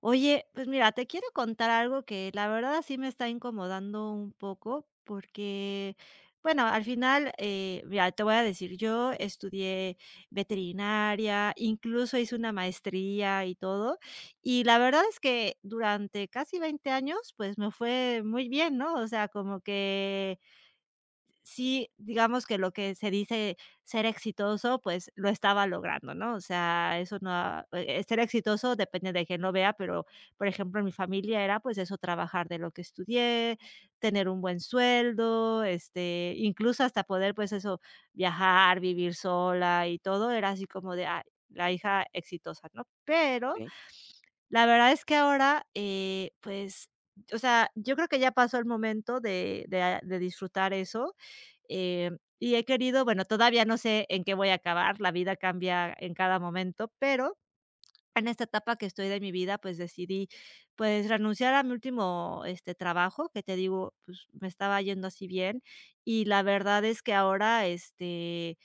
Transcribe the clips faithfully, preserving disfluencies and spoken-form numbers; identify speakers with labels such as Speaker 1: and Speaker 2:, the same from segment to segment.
Speaker 1: Oye, pues mira, te quiero contar algo que la verdad sí me está incomodando un poco porque, bueno, al final, eh, mira, te voy a decir, yo estudié veterinaria, incluso hice una maestría y todo, y la verdad es que durante casi veinte años, pues me fue muy bien, ¿no? O sea, como que sí, digamos que lo que se dice ser exitoso, pues lo estaba logrando, ¿no? O sea, eso no, ha eh, eh, ser exitoso depende de quién lo vea, pero, por ejemplo, en mi familia era, pues, eso, trabajar de lo que estudié, tener un buen sueldo, este, incluso hasta poder, pues, eso, viajar, vivir sola y todo, era así como de, ay, la hija exitosa, ¿no? Pero
Speaker 2: Okey,
Speaker 1: la verdad es que ahora, eh, pues, o sea, yo creo que ya pasó el momento de de de disfrutar eso, eh, y he querido, bueno, todavía no sé en qué voy a acabar, la vida cambia en cada momento, pero en esta etapa que estoy de mi vida, pues decidí, pues renunciar a mi último, este, trabajo, que te digo, pues me estaba yendo así bien, y la verdad es que ahora, este,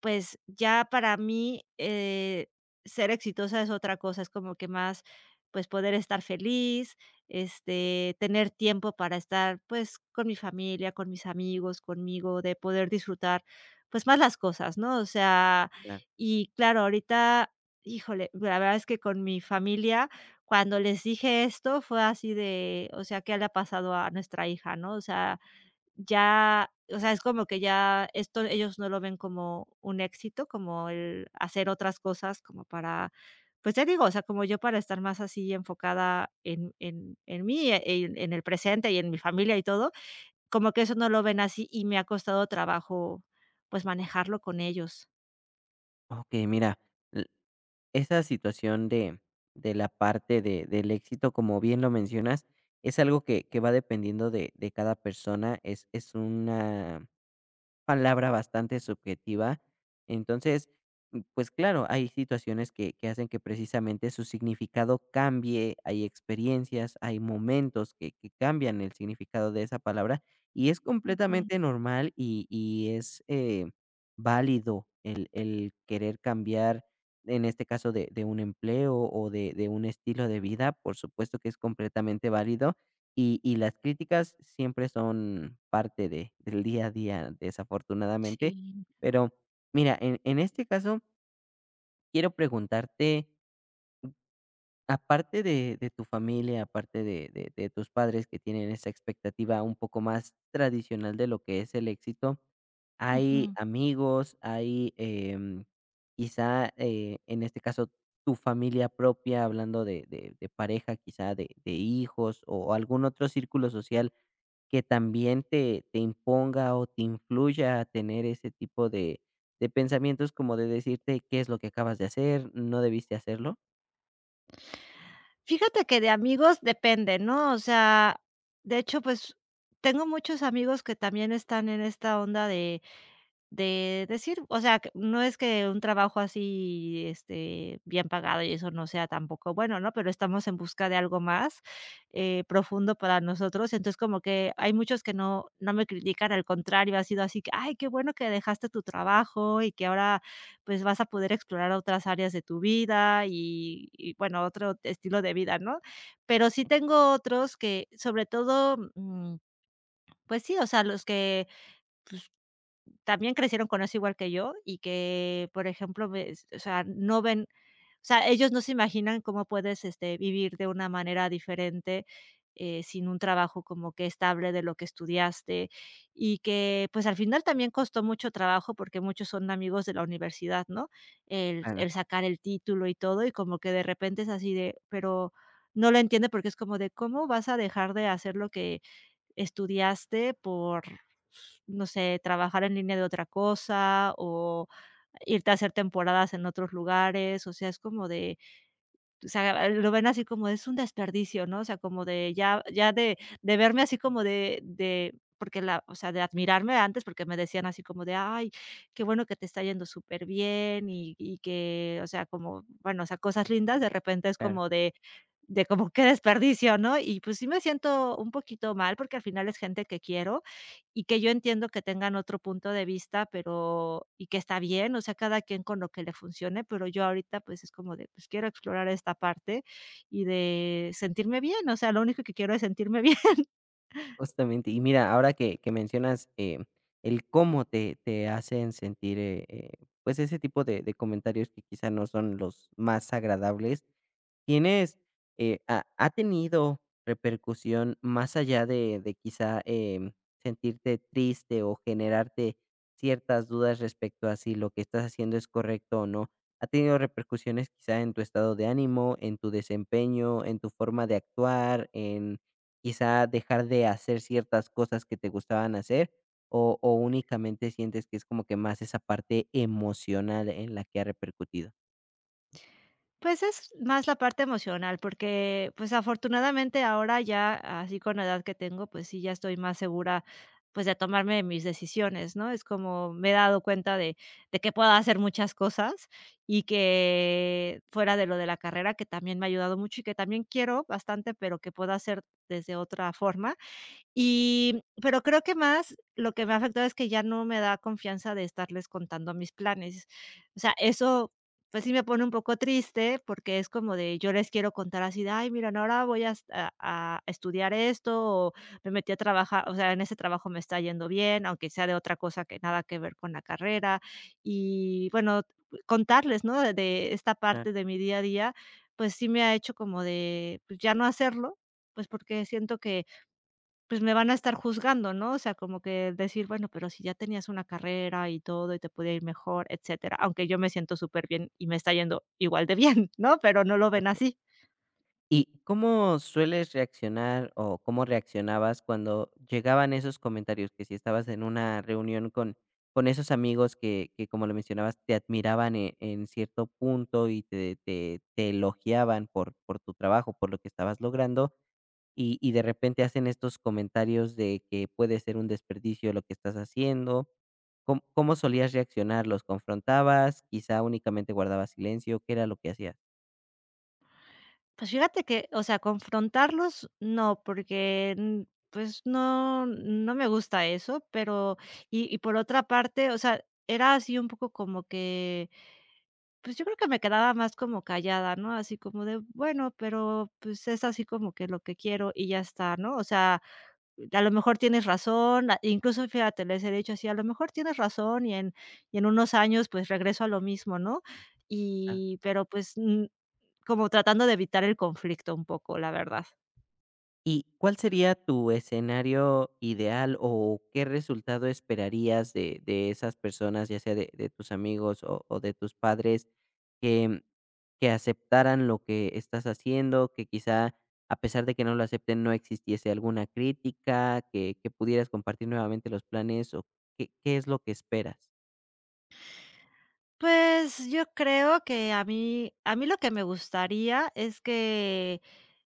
Speaker 1: pues, ya para mí, eh, ser exitosa es otra cosa, es como que más, pues, poder estar feliz, este, tener tiempo para estar, pues, con mi familia, con mis amigos, conmigo, de poder disfrutar, pues, más las cosas, ¿no? O sea,
Speaker 2: claro.
Speaker 1: y claro, ahorita, híjole, la verdad es que con mi familia, cuando les dije esto, fue así de, o sea, ¿qué le ha pasado a nuestra hija, no? O sea ya, o sea, es como que ya esto ellos no lo ven como un éxito, como el hacer otras cosas como para, pues, te digo, o sea, como yo para estar más así enfocada en en en mí, e- en en el presente y en mi familia y todo, como que eso no lo ven así y me ha costado trabajo, pues, manejarlo con ellos.
Speaker 2: Okey, mira, l esa situación de de la parte de del éxito, como bien lo mencionas, es algo que que va dependiendo de de cada persona, es es una palabra bastante subjetiva. Entonces, mm, pues claro, hay situaciones que, que hacen que precisamente su significado cambie, hay experiencias, hay momentos que, que cambian el significado de esa palabra y es
Speaker 1: Ujú.
Speaker 2: completamente normal y, y es eh, válido el, el querer cambiar, en este caso de, de un empleo o de, de un estilo de vida, por supuesto que es completamente válido y y las críticas siempre son parte de del día a día, desafortunadamente.
Speaker 1: Sí.
Speaker 2: Pero mira, en en este caso, quiero preguntarte, aparte de de tu familia, aparte de de de tus padres que tienen esa expectativa un poco más tradicional de lo que es el éxito, ¿hay
Speaker 1: Ujú.
Speaker 2: amigos, hay, em, quizá, eh, en este caso, tu familia propia, hablando de de de pareja, quizá de de hijos o algún otro círculo social que también te, te imponga o te influya a tener ese tipo de, de pensamientos como de decirte qué es lo que acabas de hacer, no debiste hacerlo.
Speaker 1: Fíjate que de amigos depende, ¿no? O sea, de hecho, pues, tengo muchos amigos que también están en esta onda de De decir, o sea, que no es que un trabajo así, este, bien pagado y eso no sea tampoco bueno, ¿no? Pero estamos en busca de algo más, eh, profundo para nosotros. Entonces, como que hay muchos que no no me critican, al contrario, ha sido así que: "Ay, qué bueno que dejaste tu trabajo y que ahora, pues, vas a poder explorar otras áreas de tu vida", y y bueno, otro estilo de vida, ¿no? Pero sí tengo otros que, sobre todo, mm, pues sí, o sea, los que también crecieron con eso igual que yo y que, por ejemplo, ves, o sea, no ven, o sea, ellos no se imaginan cómo puedes, este, vivir de una manera diferente, eh, sin un trabajo como que estable de lo que estudiaste y que, pues, al final también costó mucho trabajo porque muchos son amigos de la universidad, ¿no? El
Speaker 2: Claro,
Speaker 1: el sacar el título y todo, y como que de repente es así de, pero no lo entiende porque es como de, ¿cómo vas a dejar de hacer lo que estudiaste por no sé, trabajar en línea de otra cosa o irte a hacer temporadas en otros lugares, o sea, es como de, o sea, lo ven así como es un desperdicio, ¿no? O sea, como de ya ya de de verme así como de de porque la o sea, de admirarme antes, porque me decían así como de: "Ay, qué bueno que te está yendo súper bien y y que, o sea, como, bueno, o sea, cosas lindas, de repente es
Speaker 2: claro.
Speaker 1: como de de como qué desperdicio, ¿no? Y, pues, sí me siento un poquito mal, porque al final es gente que quiero, y que yo entiendo que tengan otro punto de vista, pero y que está bien, o sea, cada quien con lo que le funcione, pero yo ahorita, pues, es como de, pues, quiero explorar esta parte y de sentirme bien, o sea, lo único que quiero es sentirme bien.
Speaker 2: Justamente. Y mira, ahora que, que mencionas eh, el cómo te, te hacen sentir eh, eh, pues ese tipo de, de comentarios que quizá no son los más agradables. ¿Tienes, eh, ha ha tenido repercusión más allá de de quizá, em, sentirte triste o generarte ciertas dudas respecto a si lo que estás haciendo es correcto o no? ¿Ha tenido repercusiones quizá en tu estado de ánimo, en tu desempeño, en tu forma de actuar, en quizá dejar de hacer ciertas cosas que te gustaban hacer? ¿O o únicamente sientes que es como que más esa parte emocional en la que ha repercutido?
Speaker 1: Pues es más la parte emocional, porque, pues, afortunadamente ahora ya, así con la edad que tengo, pues sí, ya estoy más segura, pues, de tomarme mis decisiones, ¿no? Es como me he dado cuenta de de que puedo hacer muchas cosas y que fuera de lo de la carrera, que también me ha ayudado mucho y que también quiero bastante, pero que puedo hacer desde otra forma. Y, pero creo que más lo que me ha afectado es que ya no me da confianza de estarles contando mis planes. O sea, eso, pues sí me pone un poco triste porque es como de yo les quiero contar así de, ay, miren, ahora voy a, est- a- a estudiar esto o me metí a trabajar, o sea, en ese trabajo me está yendo bien, aunque sea de otra cosa que nada que ver con la carrera. Y bueno, contarles, ¿no? De, de esta
Speaker 2: Ah,
Speaker 1: parte de mi día a día, pues sí me ha hecho como de pues, ya no hacerlo, pues porque siento que pues, me van a estar juzgando, ¿no? O sea, como que decir: "Bueno, pero si ya tenías una carrera y todo, y te podía ir mejor, etcétera", aunque yo me siento súper bien y me está yendo igual de bien, ¿no? Pero no lo ven
Speaker 2: ok.
Speaker 1: así.
Speaker 2: ¿Y cómo sueles reaccionar o cómo reaccionabas cuando llegaban esos comentarios? Que si estabas en una reunión con, con esos amigos que, que, como lo mencionabas, te admiraban e- en, cierto punto y te, te, te elogiaban por, por tu trabajo, por lo que estabas logrando, y, y de repente hacen estos comentarios de que puede ser un desperdicio lo que estás haciendo. ¿Cómo, cómo solías reaccionar? ¿Los confrontabas? ¿Quizá únicamente guardabas silencio? ¿Qué era lo que hacías?
Speaker 1: Pues, fíjate que, o sea, confrontarlos no, porque, mm, pues, no no me gusta eso, pero y y por otra parte, o sea, era así un poco como que, pues, yo creo que me quedaba más como callada, ¿no? Así como de: "Bueno, pero, pues, es así como que lo que quiero y ya está", ¿no? O sea, a lo mejor tienes razón, a incluso, fíjate, les he dicho así, a lo mejor tienes razón y en y en unos años, pues, regreso a lo mismo, ¿no? Y pero, pues, mm, como tratando de evitar el conflicto un poco, la verdad.
Speaker 2: ¿Y cuál sería tu escenario ideal o qué resultado esperarías de, de esas personas, ya sea de, de tus amigos o, o de tus padres, que, que aceptaran lo que estás haciendo, que quizá a pesar de que no lo acepten no existiese alguna crítica, que, que pudieras compartir nuevamente los planes o qué, qué es lo que esperas?
Speaker 1: Pues, yo creo que a mí a mí lo que me gustaría es que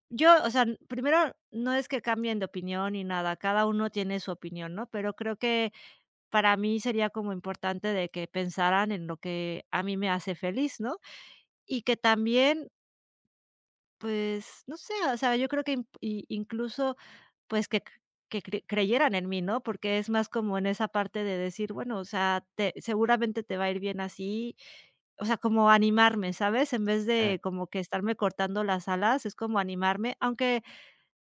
Speaker 1: yo, o sea, n- primero, no es que cambien de opinión ni nada, cada uno tiene su opinión, ¿no? Pero creo que para mí sería como importante de que pensaran en lo que a mí me hace feliz, ¿no? Y que también pues, no sé, o sea, yo creo que in i incluso, pues, que c- que cre creyeran en mí, ¿no? Porque es más como en esa parte de decir, bueno, o sea, te seguramente te va a ir bien así, o sea, como animarme, ¿sabes? En vez
Speaker 2: Ah,
Speaker 1: de como que estarme cortando las alas, es como animarme, aunque,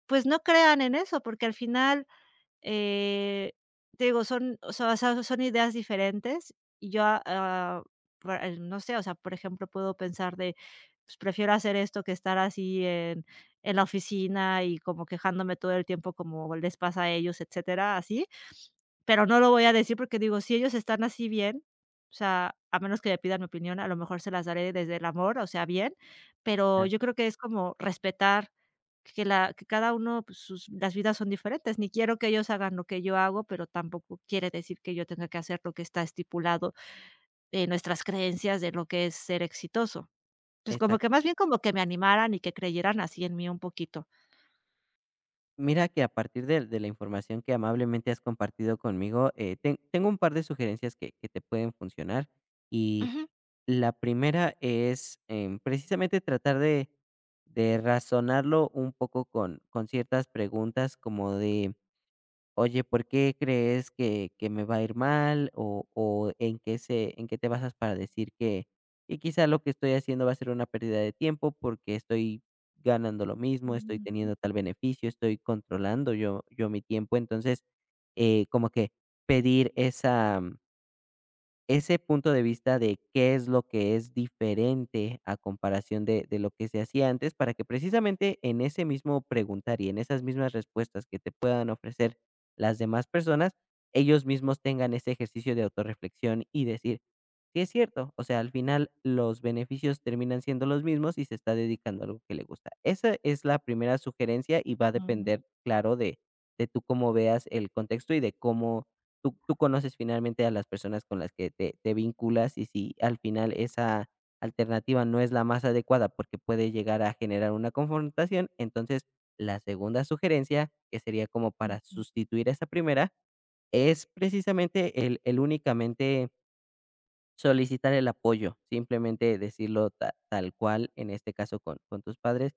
Speaker 1: pues, no crean en eso, porque al final eh, te digo, son, o sea, so son ideas diferentes y yo, ah, ah, para eh, no sé, o sea, por ejemplo, puedo pensar de, pues, prefiero hacer esto que estar así en en la oficina y como quejándome todo el tiempo como les pasa a ellos, etcétera, así. Pero no lo voy a decir porque digo, si ellos están así bien, o sea, a menos que me pidan mi opinión, a lo mejor se las daré desde el amor, o sea, bien,
Speaker 2: ah,
Speaker 1: pero yo creo que es como respetar que la que cada uno, pues, sus las vidas son diferentes, ni quiero que ellos hagan lo que yo hago, pero tampoco quiere decir que yo tenga que hacer lo que está estipulado en nuestras creencias de lo que es ser exitoso. Pues, como que
Speaker 2: exacto.
Speaker 1: más bien como que me animaran y que creyeran así en mí un poquito.
Speaker 2: Mira que a partir de, de la información que amablemente has compartido conmigo, eh, ten- tengo un par de sugerencias que, que te pueden funcionar. Y
Speaker 1: Ujú.
Speaker 2: la primera es em, precisamente tratar de, de razonarlo un poco con, con ciertas preguntas como de, oye, ¿por qué crees que, que me va a ir mal? ¿O, o en qué se, en qué te basas para decir que, que quizá lo que estoy haciendo va a ser una pérdida de tiempo porque estoy ganando lo mismo, estoy
Speaker 1: Mm,
Speaker 2: teniendo tal beneficio, estoy controlando yo, yo mi tiempo? Entonces, eh, como que pedir esa, ese punto de vista de qué es lo que es diferente a comparación de, de lo que se hacía antes, para que precisamente en ese mismo preguntar y en esas mismas respuestas que te puedan ofrecer las demás personas, ellos mismos tengan ese ejercicio de autorreflexión y decir, sí es cierto, o sea, al final los beneficios terminan siendo los mismos y se está dedicando a algo que le gusta. Esa es la primera sugerencia y va a
Speaker 1: ujú,
Speaker 2: depender, claro, de, de tú cómo veas el contexto y de cómo tú tú conoces finalmente a las personas con las que te te vinculas, y si al final esa alternativa no es la más adecuada, porque puede llegar a generar una confrontación, entonces la segunda sugerencia, que sería como
Speaker 1: ujú,
Speaker 2: para sustituir a esa primera, es precisamente el el únicamente solicitar el apoyo, simplemente decirlo ta tal cual, en este caso con con tus padres.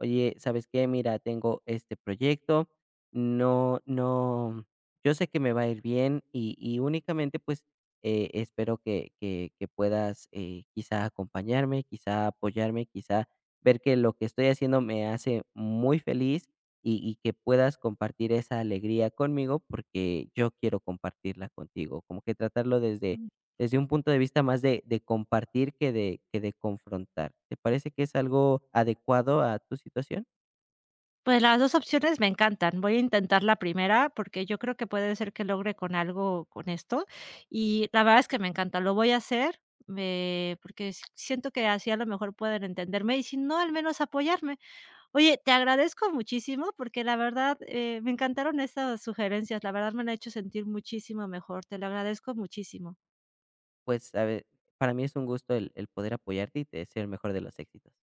Speaker 2: Oye, ¿sabes qué? Mira, tengo este proyecto, no no, yo sé que me va a ir bien y y únicamente, pues, eh, espero que que que puedas, eh, quizá acompañarme, quizá apoyarme, quizá ver que lo que estoy haciendo me hace muy feliz y y que puedas compartir esa alegría conmigo, porque yo quiero compartirla contigo. Como que tratarlo desde
Speaker 1: ujú.
Speaker 2: desde un punto de vista más de de compartir que de que de confrontar. ¿Te parece que es algo adecuado a tu situación?
Speaker 1: Pues las dos opciones me encantan. Voy a intentar la primera, porque yo creo que puede ser que logre con algo con esto, y la verdad es que me encanta, lo voy a hacer, eh, porque s siento que así a lo mejor pueden entenderme y si no, al menos apoyarme. Oye, te agradezco muchísimo, porque la verdad, eh, me encantaron estas sugerencias, la verdad me han hecho sentir muchísimo mejor, te lo agradezco muchísimo.
Speaker 2: Pues, a ver, para mí es un gusto el el poder apoyarte y te deseo el mejor de los éxitos.